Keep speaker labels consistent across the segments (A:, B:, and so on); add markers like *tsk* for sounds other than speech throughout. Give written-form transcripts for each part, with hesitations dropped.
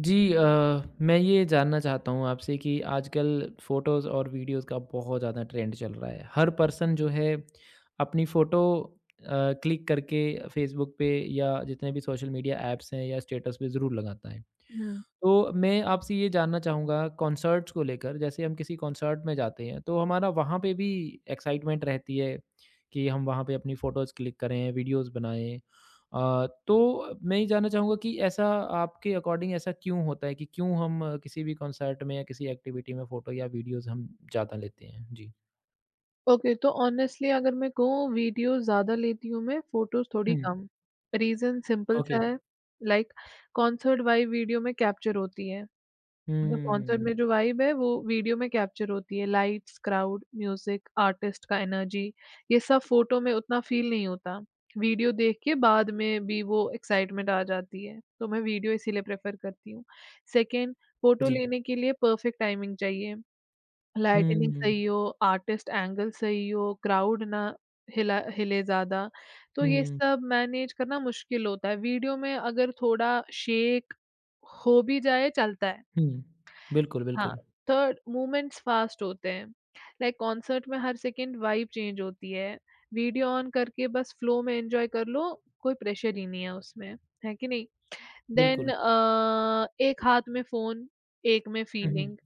A: जी मैं ये जानना चाहता हूँ आपसे कि आजकल फ़ोटोज़ और वीडियोज़ का बहुत ज़्यादा ट्रेंड चल रहा है। हर पर्सन जो है अपनी फ़ोटो क्लिक करके फ़ेसबुक पे या जितने भी सोशल मीडिया ऐप्स हैं या स्टेटस पे ज़रूर लगाता है।
B: हुँ।
A: तो मैं आपसे ये जानना चाहूँगा कॉन्सर्ट्स को लेकर, जैसे हम किसी कॉन्सर्ट में जाते हैं, तो हमारा वहाँ पे भी एक्साइटमेंट रहती है कि हम वहाँ पे अपनी फ़ोटोज़ क्लिक करें, वीडियोज़ बनाएँ। तो मैं ये जानना चाहूँगा कि ऐसा आपके अकॉर्डिंग ऐसा क्यों होता है कि क्यों हम किसी भी कॉन्सर्ट में या किसी एक्टिविटी में फ़ोटो या वीडियोज़ हम ज़्यादा लेते हैं? जी।
B: ओके तो ऑनेस्टली अगर मैं कहूँ वीडियो ज़्यादा लेती हूँ मैं, फ़ोटोज़
A: हुँ।
B: थोड़ी कम। Reason simple
A: okay.
B: सा है लाइक कॉन्सर्ट वाइब वीडियो में कैप्चर होती है। मतलब कॉन्सर्ट
A: हुँ।
B: में जो वाइब है वो वीडियो में कैप्चर होती है। लाइट्स, क्राउड, म्यूज़िक, आर्टिस्ट का एनर्जी ये सब फ़ोटो में उतना फ़ील नहीं होता। वीडियो देख के बाद में भी वो एक्साइटमेंट आ जाती है। तो मैं वीडियो इसीलिए प्रेफ़र करती हूँ। सेकंड फ़ोटो
A: जी।
B: लेने के लिए परफ़ेक्ट टाइमिंग चाहिए। लाइटनिंग
A: हुँ,
B: सही हो, आर्टिस्ट एंगल सही हो, क्राउड ना हिला हिले ज़्यादा, तो ये
A: हुँ,
B: सब मैनेज करना मुश्किल होता है। वीडियो में अगर थोड़ा शेक हो भी जाए चलता है।
A: हुँ। बिल्कुल,
B: हाँ,
A: बिल्कुल।
B: थर्ड मूवमेंट्स फास्ट होते हैं। लाइक कॉन्सर्ट में हर सेकंड वाइब चेंज होती है। वीडियो ऑन करके बस फ्लो में एन्जॉय कर लो, कोई प्रेशर ही नहीं है उसमें, है कि नहीं? देन
A: बिल्कुल।
B: एक हाथ में फ़ोन, एक में
A: हुँ, हुँ।
B: फीलिंग।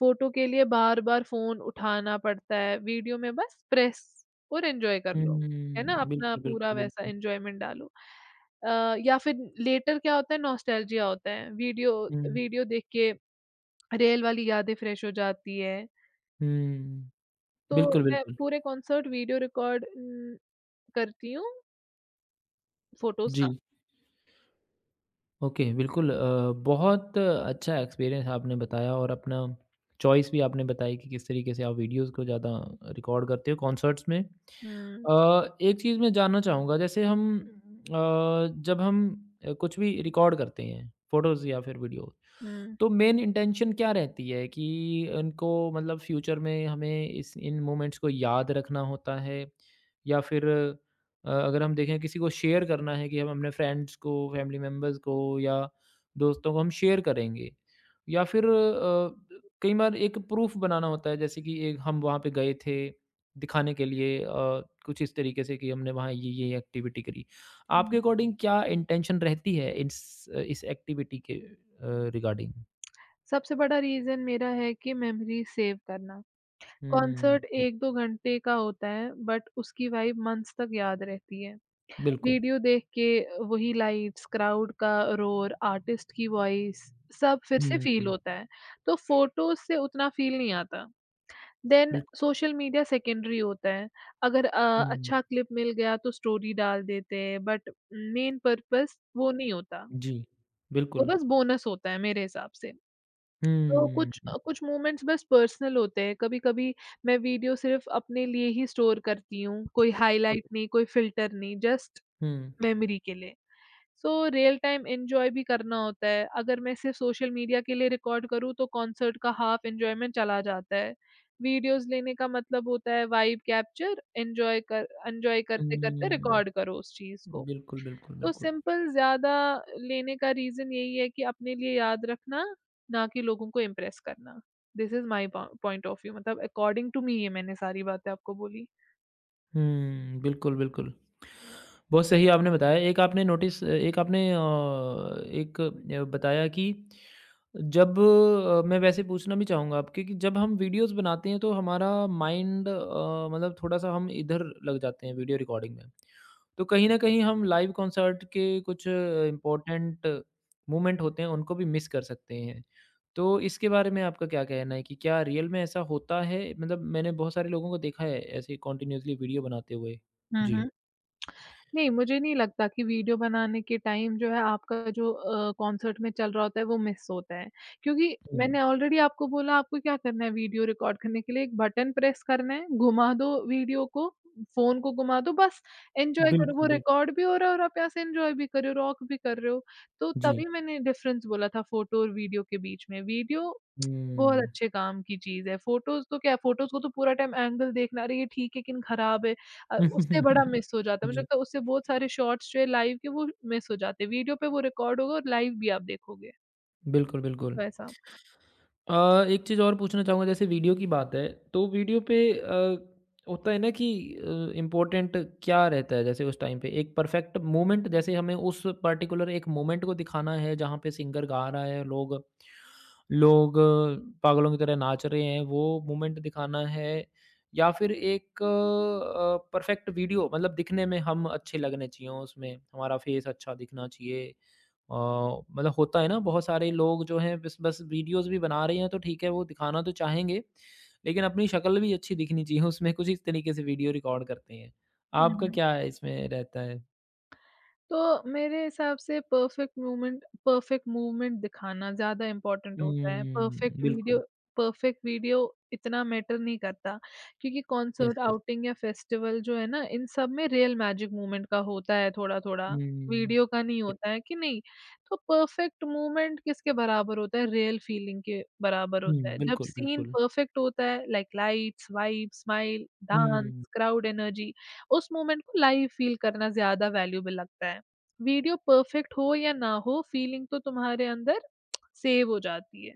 B: फ़ोटो के लिए बार-बार फ़ोन उठाना पड़ता है, वीडियो में बस प्रेस और एन्जॉय कर लो, है
A: हुँ,
B: ना? अपना
A: बिल्कुल,
B: पूरा
A: बिल्कुल,
B: वैसा
A: बिल्कुल।
B: एन्जॉयमेंट डालो। या फिर लेटर क्या होता है नॉस्टैल्जिया होता है, वीडियो
A: हुँ,
B: वीडियो देख के रियल वाली यादें फ्रेश हो जाती है।
A: हुँ।
B: तो
A: बिल्कुल,
B: मैं
A: बिल्कुल।
B: पूरे कॉन्सर्ट वीडियो रिकॉर्ड करती हूँ फ़ोटोज़ का।
A: जी, ओके, बिल्कुल। बहुत अच्छा एक्सपीरियंस आपने बताया और अपना चॉइस भी आपने बताई कि किस तरीके से आप वीडियोज़ को ज़्यादा रिकॉर्ड करते हो कॉन्सर्ट्स में।
B: हुँ,
A: एक चीज़ मैं जानना चाहूँगा जैसे हम अ, जब हम कुछ भी रिकॉर्ड करते हैं, फ़ोटोज़ या फिर वीडियो,
B: हुँ,
A: तो मेन इंटेंशन क्या रहती है कि इनको मतलब फ्यूचर में हमें इस इन मोमेंट्स को याद रखना होता है, या फिर अगर हम देखें किसी को शेयर करना है कि हम अपने फ्रेंड्स को फैमिली मेम्बर्स को या दोस्तों को हम शेयर करेंगे, या फिर कई बार एक प्रूफ बनाना होता है जैसे कि एक हम वहाँ पे गए थे दिखाने के लिए, कुछ इस तरीके से कि हमने वहाँ ये एक्टिविटी करी। आपके
B: हुँ।
A: अकॉर्डिंग क्या इंटेंशन रहती है इस एक्टिविटी के रिगार्डिंग।
B: सबसे बड़ा रीज़न मेरा है कि मेमोरी सेव करना।
A: हुँ,
B: कॉन्सर्ट 1-2 घंटे का होता है, बट उसकी वाइब मंथ्स तक याद रहती है।
A: बिल्कुल।
B: वीडियो देख के वही लाइट्स, क्राउड का रोर, आर्टिस्ट की वॉइस सब फिर से
A: हुँ,
B: फ़ील
A: हुँ,
B: होता है। तो फ़ोटोज़ से उतना फ़ील नहीं आता। देन
A: बिल्कुल।
B: सोशल मीडिया सेकेंडरी होता है। अगर
A: हुँ,
B: अच्छा क्लिप मिल गया तो स्टोरी डाल देते हैं, बट मेन पर्पस वो नहीं होता।
A: जी,
B: वो
A: बिल्कुल।
B: बस बोनस होता है मेरे हिसाब से। तो
A: हुँ,
B: कुछ मोमेंट्स बस पर्सनल होते हैं। कभी-कभी मैं वीडियो सिर्फ़ अपने लिए ही स्टोर करती हूँ, कोई हाइलाइट
A: ओके।
B: नहीं, कोई फ़िल्टर नहीं, जस्ट
A: हुँ,
B: मेमोरी के लिए। सो रियल टाइम एन्जॉय भी करना होता है। अगर मैं सिर्फ़ सोशल मीडिया के लिए रिकॉर्ड करूँ, तो कॉन्सर्ट का हाफ़ एन्जॉयमेंट चला जाता है। वीडियोज़ लेने का मतलब होता है वाइब कैप्चर, एन्जॉय कर एन्जॉय करते-करते
A: हुँ,
B: रिकॉर्ड करो उस चीज़ को।
A: बिल्कुल, बिल्कुल,
B: तो
A: बिल्कुल।
B: सिंपल ज़्यादा लेने का रीज़न यही है कि अपने लिए याद रखना, ना कि लोगों को इम्प्रेस करना। This is my po point of view मतलब अकॉर्डिंग टू मी ये मैंने सारी बातें आपको बोली।
A: हुँ, बिल्कुल, बिल्कुल। बहुत सही आपने बताया। एक आपने बताया कि जब मैं वैसे पूछना भी चाहूँगा आपके कि जब हम वीडियोज़ बनाते हैं तो हमारा माइंड मतलब थोड़ा-सा हम इधर लग जाते हैं वीडियो रिकॉर्डिंग में। तो कहीं न कहीं हम लाइव कॉन्सर्ट के कुछ इम्पोर्टेंट मोमेंट होते हैं, उनको भी मिस कर सकते हैं। तो इसके बारे में आपका क्या कहना है कि क्या रियल में ऐसा होता है? मतलब मैंने बहुत सारे लोगों को देखा है ऐसे कंटीन्यूअसली वीडियो बनाते हुए। जी।
B: नहीं, मुझे नहीं लगता कि वीडियो बनाने के टाइम जो है आपका जो कॉन्सर्ट में चल रहा होता है वो मिस होता है। क्योंकि
A: हुँ।
B: मैंने ऑलरेडी आपको बोला आपको क्या करना है वीडियो रिकॉर्ड करने के लिए एक बटन प्रेस करना है, घुमा दो वीडियो को, फ़ोन को घुमा दो बस एन्जॉय करो, वो
A: बिल्कुल, बिल्कुल।
B: रिकॉर्ड भी हो रहा है और आप यहाँ से एन्जॉय भी कर रहे हो, रॉक भी कर रहे हो। तो
A: जी।
B: तभी मैंने डिफ़रेंस बोला था फ़ोटो और वीडियो के बीच में। वीडियो बहुत
A: हुँ।
B: अच्छे काम की चीज़ है, फ़ोटोज़ तो क्या है फ़ोटोज़ को तो पूरा टाइम एंगल देखना अरे ये ठीक है, लेकिन खराब है। उससे बड़ा
A: *laughs*
B: मिस हो जाता है। मुझे
A: जी।
B: लगता है उससे बहुत सारे शॉट्स जो है लाइव के वो मिस हो जाते हैं। वीडियो पे वो रिकॉर्ड होगा और लाइव भी आप देखोगे,
A: बिल्कुल, बिल्कुल।
B: वैसा।
A: एक चीज़ और पूछना चाहूँगा, जैसे वीडियो की बात है, तो वीडियो पे होता है ना कि इम्पोर्टेंट क्या रहता है जैसे उस टाइम पे? एक परफ़ेक्ट मोमेंट, जैसे हमें उस पर्टिकुलर एक मोमेंट को दिखाना है जहाँ पे सिंगर गा रहा है, लोग लोग अ, पागलों की तरह नाच रहे हैं, वो मोमेंट दिखाना है, या फिर एक परफ़ेक्ट वीडियो, मतलब दिखने में हम अच्छे लगने चाहिए उसमें, हमारा फेस अच्छा दिखना चाहिए। अ, मतलब होता है ना बहुत सारे लोग जो हैं बस बस वीडियोज़ भी बना रहे हैं, तो ठीक है वो दिखाना तो चाहेंगे, लेकिन अपनी शक्ल भी अच्छी दिखनी चाहिए उसमें, कुछ इस तरीके से वीडियो रिकॉर्ड करते हैं।
B: हुँ,
A: आपका
B: हुँ।
A: क्या है इसमें रहता है?
B: तो मेरे हिसाब से परफेक्ट मूवमेंट दिखाना ज़्यादा इम्पोर्टेंट होता है।
A: हुँ,
B: परफेक्ट वीडियो
A: बिल्कुल।
B: परफेक्ट वीडियो इतना मैटर नहीं करता क्योंकि
A: यस,
B: कॉन्सर्ट,
A: यस।
B: आउटिंग या फेस्टिवल जो है ना, इन सब में रियल मैजिक मूवमेंट का होता है थोड़ा-थोड़ा,
A: हुँ।
B: वीडियो का नहीं
A: बिल
B: होता है कि नहीं? तो परफेक्ट मूवमेंट किसके बराबर होता है? रियल फीलिंग के बराबर
A: हुँ,
B: होता है। जब
A: बिल्कुल,
B: सीन
A: बिल्कुल।
B: परफेक्ट होता है like lights, vibes, smile, dance,
A: हुँ,
B: क्राउड एनर्जी, उस मोमेंट को लाइव फील करना ज़्यादा वैल्यूएबल लगता है। वीडियो परफेक्ट हो या ना हो फीलिंग तो तुम्हारे अंदर *tsk* सेव हो जाती है।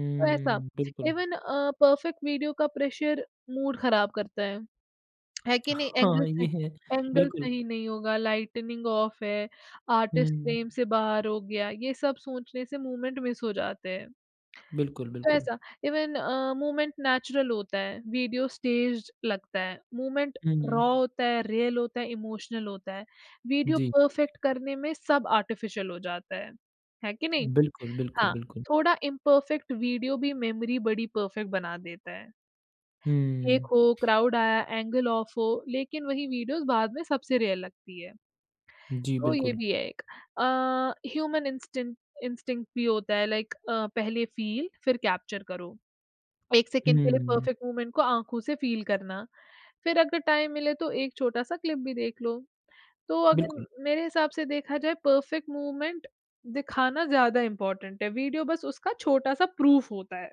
B: तो ऐसा हुँ।
A: बिल्कुल।
B: इवन परफेक्ट वीडियो का प्रेशर मूड ख़राब करता है। है कि नहीं?
A: हाँ, ये है।
B: एंगल
A: बिल्कुल।
B: सही नहीं होगा, लाइटनिंग ऑफ है, आर्टिस्ट
A: हुँ,
B: फ्रेम से बाहर हो गया, ये सब सोचने से मूवमेंट मिस हो जाते हैं।
A: बिल्कुल, बिल्कुल।
B: वैसा इवन मूवमेंट नेचुरल होता है, वीडियो स्टेज्ड लगता है, मूवमेंट
A: हुँ,
B: रॉ होता है, रियल होता है, इमोशनल होता है, वीडियो
A: जी।
B: परफेक्ट करने में सब आर्टिफिशियल हो जाता है कि नहीं?
A: बिल्कुल, बिल्कुल,
B: हाँ,
A: बिल्कुल।
B: थोड़ा इम्परफेक्ट वीडियो भी मेमोरी बड़ी परफेक्ट बना देता है, एक
A: हुँ,
B: हो, क्राउड आया, एंगल ऑफ हो, लेकिन वही वीडियोज़ बाद में सबसे रियल लगती है,
A: जी,
B: तो ये
A: बिल्कुल।
B: भी है एक। अ, ह्यूमन इंस्टिंक्ट इंस्टिंक्ट भी होता है लाइक पहले फील फिर कैप्चर करो। 1 सेकंड के लिए
A: हुँ,
B: परफेक्ट मूवमेंट को आँखों से फ़ील करना। फिर अगर टाइम मिले तो एक छोटा-सा क्लिप भी देख लो। तो अगर
A: बिल्कुल।
B: मेरे हिसाब से देखा जाए परफेक्ट मूवमेंट दिखाना ज़्यादा इम्पोर्टेंट है, वीडियो बस उसका छोटा-सा प्रूफ होता है।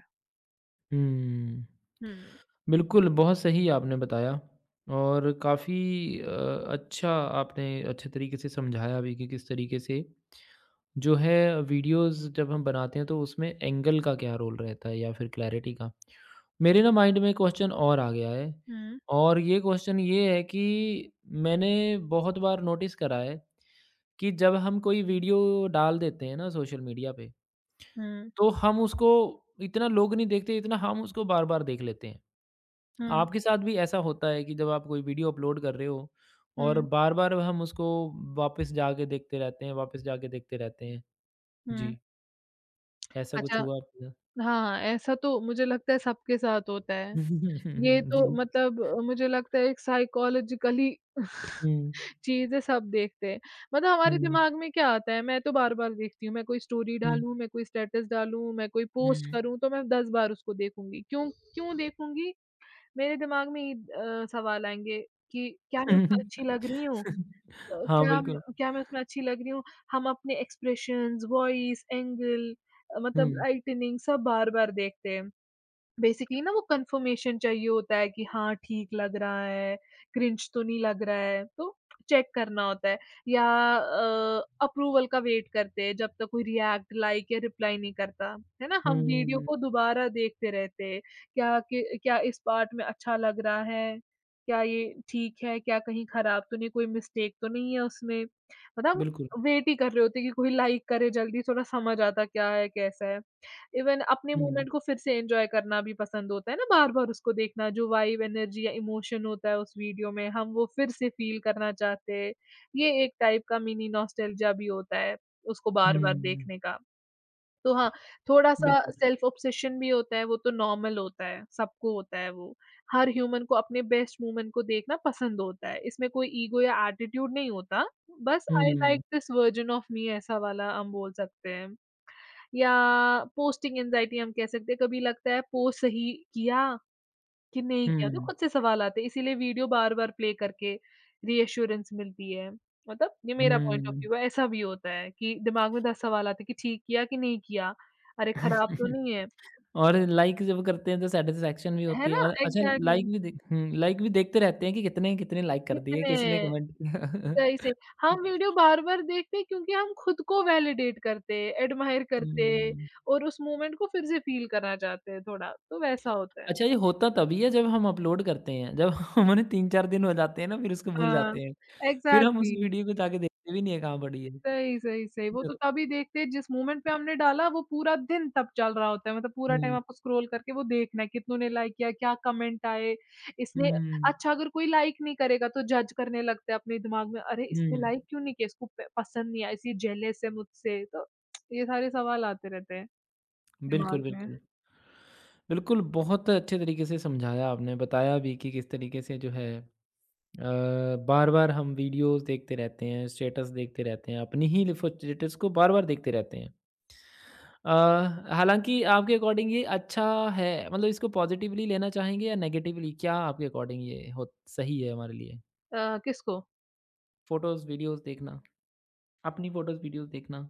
A: हुँ।
B: हुँ,
A: बिल्कुल, बहुत सही आपने बताया और काफ़ी अच्छा, आपने अच्छे तरीके से समझाया भी कि किस तरीके से जो है वीडियोज़ जब हम बनाते हैं, तो उसमें एंगल का क्या रोल रहता है या फिर क्लैरिटी का। मेरे ना माइंड में क्वेश्चन और आ गया है
B: हुँ,
A: और ये क्वेश्चन ये है कि मैंने बहुत बार नोटिस करा है कि जब हम कोई वीडियो डाल देते हैं ना सोशल मीडिया पे,
B: हुँ,
A: तो हम उसको इतना लोग नहीं देखते, इतना हम उसको बार-बार देख लेते हैं।
B: हुँ,
A: आपके साथ भी ऐसा होता है कि जब आप कोई वीडियो अपलोड कर रहे हो और
B: हुँ,
A: बार-बार हम उसको वापस जाके देखते रहते हैं, वापस जाके देखते रहते हैं?
B: हुँ।
A: जी, ऐसा कुछ
B: अच्छा
A: हुआ आपके साथ?
B: हाँ, ऐसा तो मुझे लगता है सबके साथ होता है। ये
A: *laughs*
B: तो
A: जी।
B: मतलब मुझे लगता है एक साइकोलॉजिकली
A: हुँ,
B: *laughs* चीज़ें सब देखते हैं। मतलब हमारे हुँ।
A: हुँ,
B: दिमाग में क्या आता है, मैं तो बार-बार देखती हूँ, मैं कोई स्टोरी
A: हुँ,
B: डालूँ, मैं कोई स्टेटस डालूँ, मैं कोई पोस्ट
A: हुँ।
B: करूँ, तो मैं 10 बार उसको देखूँगी। क्यों क्यों देखूँगी? मेरे दिमाग में ये सवाल आएँगे कि क्या मैं उसमें अच्छी लग
A: *laughs*
B: रही हूँ? अ,
A: हाँ,
B: क्या म
A: बिल्कुल।
B: क्या मैं उसमें अच्छी लग रही हूँ? हम अपने एक्सप्रेशंस, वॉइस, एंगल मतलब
A: हुँ,
B: लाइटनिंग सब बार-बार देखते हैं। बेसिकली ना वो कन्फर्मेशन चाहिए होता है कि हाँ, ठीक लग रहा है, क्रिंज तो नहीं लग रहा है, तो चेक करना होता है या अप्रूवल का वेट करते हैं जब तक कोई रिएक्ट, लाइक या रिप्लाई नहीं करता, है ना? हम वीडियो
A: हुँ,
B: को दोबारा देखते रहते हैं, क्या कि क्या इस पार्ट में अच्छा लग रहा है? क्या ये ठीक है? क्या कहीं खराब तो नहीं, कोई मिस्टेक तो नहीं है उसमें? मतलब
A: बिल्कुल।
B: वेट ही कर रहे होते हैं कि कोई लाइक करे जल्दी, थोड़ा समझ आता क्या है, कैसा है। इवन अपने
A: हुँ,
B: मूवमेंट को फिर से एन्जॉय करना भी पसंद होता है ना, बार-बार उसको देखना, जो वाइब, एनर्जी या इमोशन होता है उस वीडियो में, हम वो फिर से फ़ील करना चाहते हैं। ये एक टाइप का मिनी नॉस्टैल्जिया भी होता है, उसको
A: हुँ,
B: बार-बार देखने का। तो हाँ, थोड़ा-सा
A: बिल्कुल।
B: सेल्फ ऑब्सेशन भी होता है, वो तो नॉर्मल होता है, सबको होता है वो। हर ह्यूमन को अपने बेस्ट मोमेंट को देखना पसंद होता है, इसमें कोई ईगो या एटीट्यूड नहीं होता। बस आई
A: हुँ,
B: like this version of me ऐसा वाला हम बोल सकते हैं। या पोस्टिंग एंग्जायटी हम कह सकते हैं, कभी लगता है पोस्ट सही किया कि नहीं किया, तो
A: हुँ,
B: खुद से सवाल आते हैं, इसीलिए वीडियो बार-बार प्ले करके रीअश्योरेंस मिलती है। मतलब ये मेरा बिल्कुल पॉइंट ऑफ
A: हुँ।
B: व्यू है, ऐसा भी होता है कि दिमाग में 10 सवाल आते हैं कि ठीक किया कि नहीं किया, अरे खराब तो
A: *laughs*
B: नहीं है,
A: और लाइक जब करते हैं तो सैटिस्फैक्शन भी
B: है
A: होती है
B: ना?
A: और अच्छा,
B: एग्ज़ैक्टली
A: लाइक भी देखते रहते हैं कि कितने कितने लाइक कर दिए,
B: कितने
A: किसने
B: सही से
A: कमेंट। *laughs*
B: हम वीडियो बार-बार देखते हैं क्योंकि हम खुद को वैलिडेट करते हैं, एडमायर करते हैं
A: हुँ।
B: और उस मोमेंट को फिर से फ़ील करना चाहते हैं थोड़ा, तो वैसा होता है।
A: अच्छा ये होता तभी है जब हम अपलोड करते हैं, जब *laughs* हमारे 3-4 दिन हो जाते हैं ना फिर उसको भूल
B: हाँ,
A: जाते हैं। फिर हम उस
B: एग्ज़ैक्टली
A: वीडियो को जाके देखते भी नहीं है कहाँ पड़ी है।
B: सही, सही, सही। वो तो तभी देखते हैं जिस मोमेंट पे हमने डाला वो पूरा दिन तब चल रहा होता है। मतलब पूरा टाइम
A: हुँ,
B: आपको स्क्रॉल करके वो देखना है कितनों ने लाइक किया, क्या कमेंट आए, इसने
A: हुँ,
B: अच्छा अगर कोई लाइक नहीं करेगा तो जज करने लगते हैं अपने दिमाग में, अरे इसने
A: हुँ।
B: लाइक क्यों नहीं किया? इसको प पसंद नहीं आया, इस ये जेलस है मुझसे। तो ये सारे सवाल आते रहते हैं
A: बिल्कुल,
B: दिमाग में।
A: बिल्कुल। बिल्कुल, बहुत अच्छे तरीके से समझाया आपने, बताया भी कि किस तरीके से जो है अ, बार-बार हम वीडियोज़ देखते रहते हैं, स्टेटस देखते रहते हैं, अपनी ही लिफो स्टेटस को बार-बार देखते रहते हैं। अ, हालाँकि आपके अकॉर्डिंग ये अच्छा है, मतलब इसको पॉज़िटिवली लेना चाहेंगे या नेगेटिवली? क्या आपके अकॉर्डिंग ये हो सही है हमारे लिए?
B: किसको?
A: फ़ोटोज़, वीडियोज़ देखना, अपनी फ़ोटोज़, वीडियोज़ देखना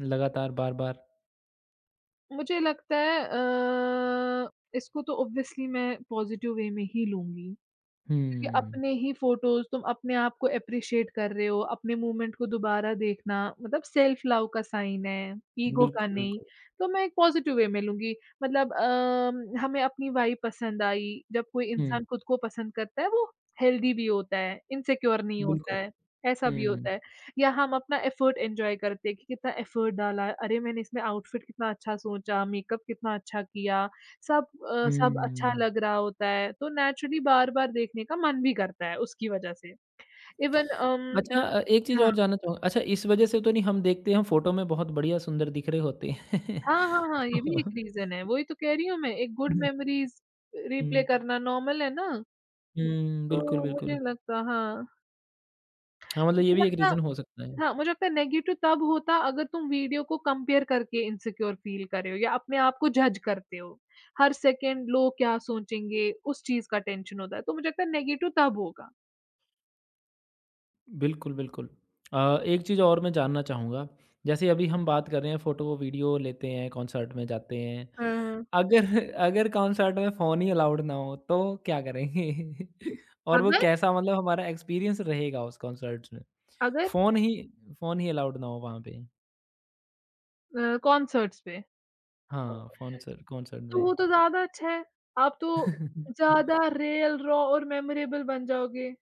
A: लगातार बार-बार।
B: मुझे लगता है इसको तो ऑब्वियसली मैं पॉज़िटिव वे में ही लूँगी। क्योंकि
A: हुँ,
B: अपने ही फ़ोटोज़ तुम अपने आप को एप्रिशिएट कर रहे हो, अपने मूवमेंट को दोबारा देखना मतलब सेल्फ लव का साइन है, ईगो का
A: बिल्कुल,
B: नहीं।
A: बिल्कुल।
B: तो मैं एक पॉज़िटिव वे में लूँगी मतलब हमें अपनी वाइब पसंद आई, जब कोई
A: हुँ,
B: इंसान खुद को पसंद करता है वो हेल्दी भी होता है, इनसिक्योर नहीं होता
A: बिल्कुल।
B: है, ऐसा भी
A: हुँ,
B: होता है। या हम अपना एफर्ट एन्जॉय करते हैं कि कितना एफर्ट डाला है, अरे मैंने इसमें आउटफिट कितना अच्छा सोचा, मेकअप कितना अच्छा किया। सब सब अच्छा
A: हुँ।
B: लग रहा होता है, तो नेचुरली बार-बार देखने का मन भी करता है उसकी वज़ह से। इवन अम
A: अच्छा, एक चीज़
B: हाँ।
A: और जानना चाहूँगा, अच्छा इस वजह से तो नहीं हम देखते हैं फ़ोटो में बहुत बढ़िया सुंदर दिख रहे होते हैं।
B: हाँ, हाँ, हाँ, ये भी एक
A: *laughs*
B: रीज़न है, वही तो कह रही हूँ मैं, एक गुड मेमोरीज़ रिप्ले
A: हुँ,
B: करना नॉर्मल है ना,
A: हुँ, बिल्कुल,
B: तो
A: बिल्कुल। हाँ, मतलब ये
B: मुझे
A: भी एक
B: लगता
A: रीज़न हो सकता है।
B: हाँ, मुझे लगता है नेगेटिव तब होता अगर तुम वीडियो को कंपेयर करके इनसिक्योर फ़ील कर रहे हो या अपने आप को जज करते हो। हर सेकंड लोग क्या सोचेंगे, उस चीज़ का टेंशन होता है, तो मुझे लगता है नेगेटिव तब होगा।
A: बिल्कुल, बिल्कुल। एक चीज़ और मैं जानना चाहूँगा, जैसे अभी हम बात कर रहे हैं फ़ोटो वीडियो लेते हैं, कॉन्सर्ट में जाते हैं।
B: अ,
A: अगर अगर कॉन्सर्ट में फ़ोन ही अलाउड ना हो तो क्या करेंगे? *laughs* और वो
B: अगर
A: कैसा मतलब हमारा एक्सपीरियंस रहेगा उस कॉन्सर्ट्स में?
B: अगर
A: फ़ोन ही फ़ोन ही अलाउड ना हो वहाँ पे।
B: अ, कॉन्सर्ट्स पे,
A: हाँ, फ़ॉन्सर कॉन्सर्ट
B: तो
A: में।
B: वो तो ज़्यादा अच्छा है। आप तो
A: *laughs*
B: ज़्यादा रियल, रॉ और मेमोरेबल बन जाओगे।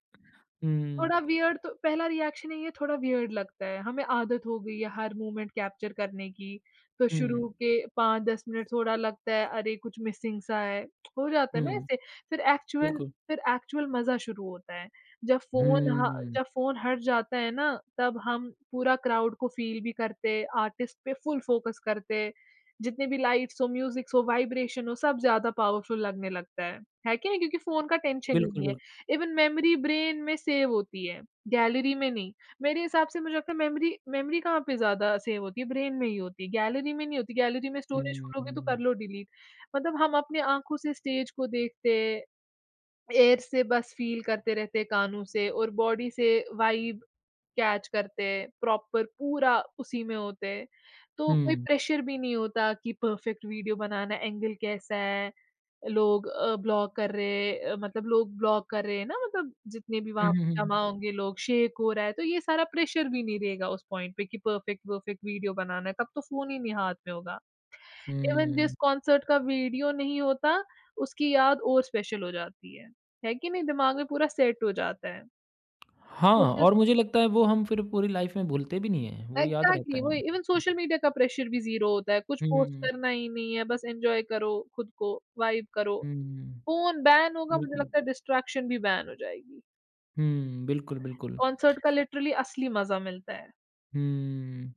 A: हुँ,
B: थोड़ा वियर्ड तो पहला रिएक्शन यही है ये, थोड़ा वियर्ड लगता है, हमें आदत हो गई है हर मोमेंट कैप्चर करने की, तो
A: हुँ,
B: शुरू के 5-10 मिनट थोड़ा लगता है अरे कुछ मिसिंग सा है, हो जाता है ना
A: हुँ,
B: ऐसे, फिर एक्चुअल
A: बिल्कुल।
B: फिर एक्चुअल मज़ा शुरू होता है। जब फ़ोन ह हुँ।
A: हुँ,
B: जब फ़ोन हट जाता है ना तब हम पूरा क्राउड को फ़ील भी करते, आर्टिस्ट पे फुल फ़ोकस करते, जितने भी लाइट्स हो, म्यूज़िक्स हो, वाइब्रेशन हो सब ज़्यादा पावरफुल लगने लगता है कि नहीं? क्योंकि फ़ोन का टेंशन ही
A: बिल्कुल,
B: नहीं है।
A: बिल्कुल।
B: इवन मेमोरी ब्रेन में सेव होती है, गैलरी में नहीं। मेरे हिसाब से मुझे लगता है मेमोरी मेमोरी कहाँ पे ज़्यादा सेव होती है, ब्रेन में ही होती है, गैलरी में नहीं होती। गैलरी में स्टोरेज
A: हुँ,
B: खोलोगे तो
A: हुँ,
B: कर लो डिलीट। मतलब हम अपने आँखों से स्टेज को देखते, एयर से बस फ़ील करते रहते, कानों से और बॉडी से वाइब कैच करते, प्रॉपर पूरा उसी में होते। तो कोई
A: हुँ,
B: प्रेशर भी नहीं होता कि परफेक्ट वीडियो बनाना, एंगल कैसा है लोग ब्लॉग कर रहे हैं ना मतलब जितने भी
A: हुँ,
B: वहाँ पे
A: हुँ,
B: जमा होंगे लोग, शेक हो रहा है, तो ये सारा प्रेशर भी नहीं रहेगा उस पॉइंट पे कि परफेक्ट परफेक्ट वीडियो बनाना है, तब तो फ़ोन ही नहीं हाथ में होगा। इवन जिस
A: हुँ।
B: कॉन्सर्ट का वीडियो नहीं होता, उसकी याद और स्पेशल हो जाती है। है कि नहीं? दिमाग में पूरा सेट हो जाता है।
A: हाँ,
B: सोशल
A: और मुझे लगता है वो हम फिर पूरी लाइफ़ में भूलते भी नहीं हैं, वो याद रहता
B: एग्ज़ैक्टली
A: है
B: वही
A: हमें।
B: इवन सोशल मीडिया का प्रेशर भी ज़ीरो होता है, कुछ पोस्ट
A: हुँ,
B: करना ही नहीं है, बस एन्जॉय करो खुद को, वाइब करो।
A: हुँ,
B: फ़ोन बैन होगा, मुझे
A: बिल्कुल।
B: लगता है डिस्ट्रैक्शन भी बैन हो जाएगी।
A: हुँ, बिल्कुल, बिल्कुल।
B: कॉन्सर्ट का लिटरली असली मज़ा मिलता है।
A: हुँ।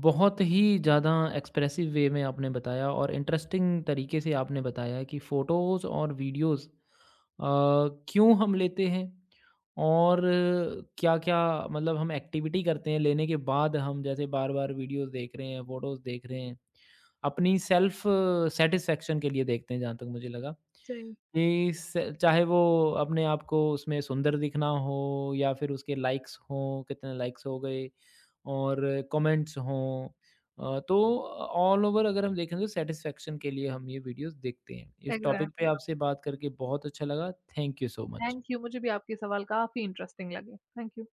A: बहुत ही ज़्यादा एक्सप्रेसिव वे में आपने बताया और इंटरेस्टिंग तरीके से आपने बताया कि फ़ोटोज़ और वीडियोज़ क्यों हम लेते हैं और क्या-क्या मतलब हम एक्टिविटी करते हैं, लेने के बाद हम जैसे बार-बार वीडियोज़ देख रहे हैं, फ़ोटोज़ देख रहे हैं। अपनी सेल्फ़ सैटिस्फैक्शन के लिए देखते हैं जहाँ तक मुझे लगा।
B: सही।
A: कि स चाहे वो अपने आप को उसमें सुंदर दिखना हो या फिर उसके लाइक्स हों, कितने लाइक्स हो गए और कमेंट्स हों, तो ऑल ओवर अगर हम देखें तो सेटिस्फेक्शन के लिए हम ये वीडियोस देखते हैं। इस टॉपिक पे
B: एग्ज़ैक्टली।
A: आपसे बात करके बहुत अच्छा लगा। Thank you so much.
B: Thank
A: thank
B: you, मुझे भी आपके सवाल काफ़ी इंटरेस्टिंग लगे। Thank you.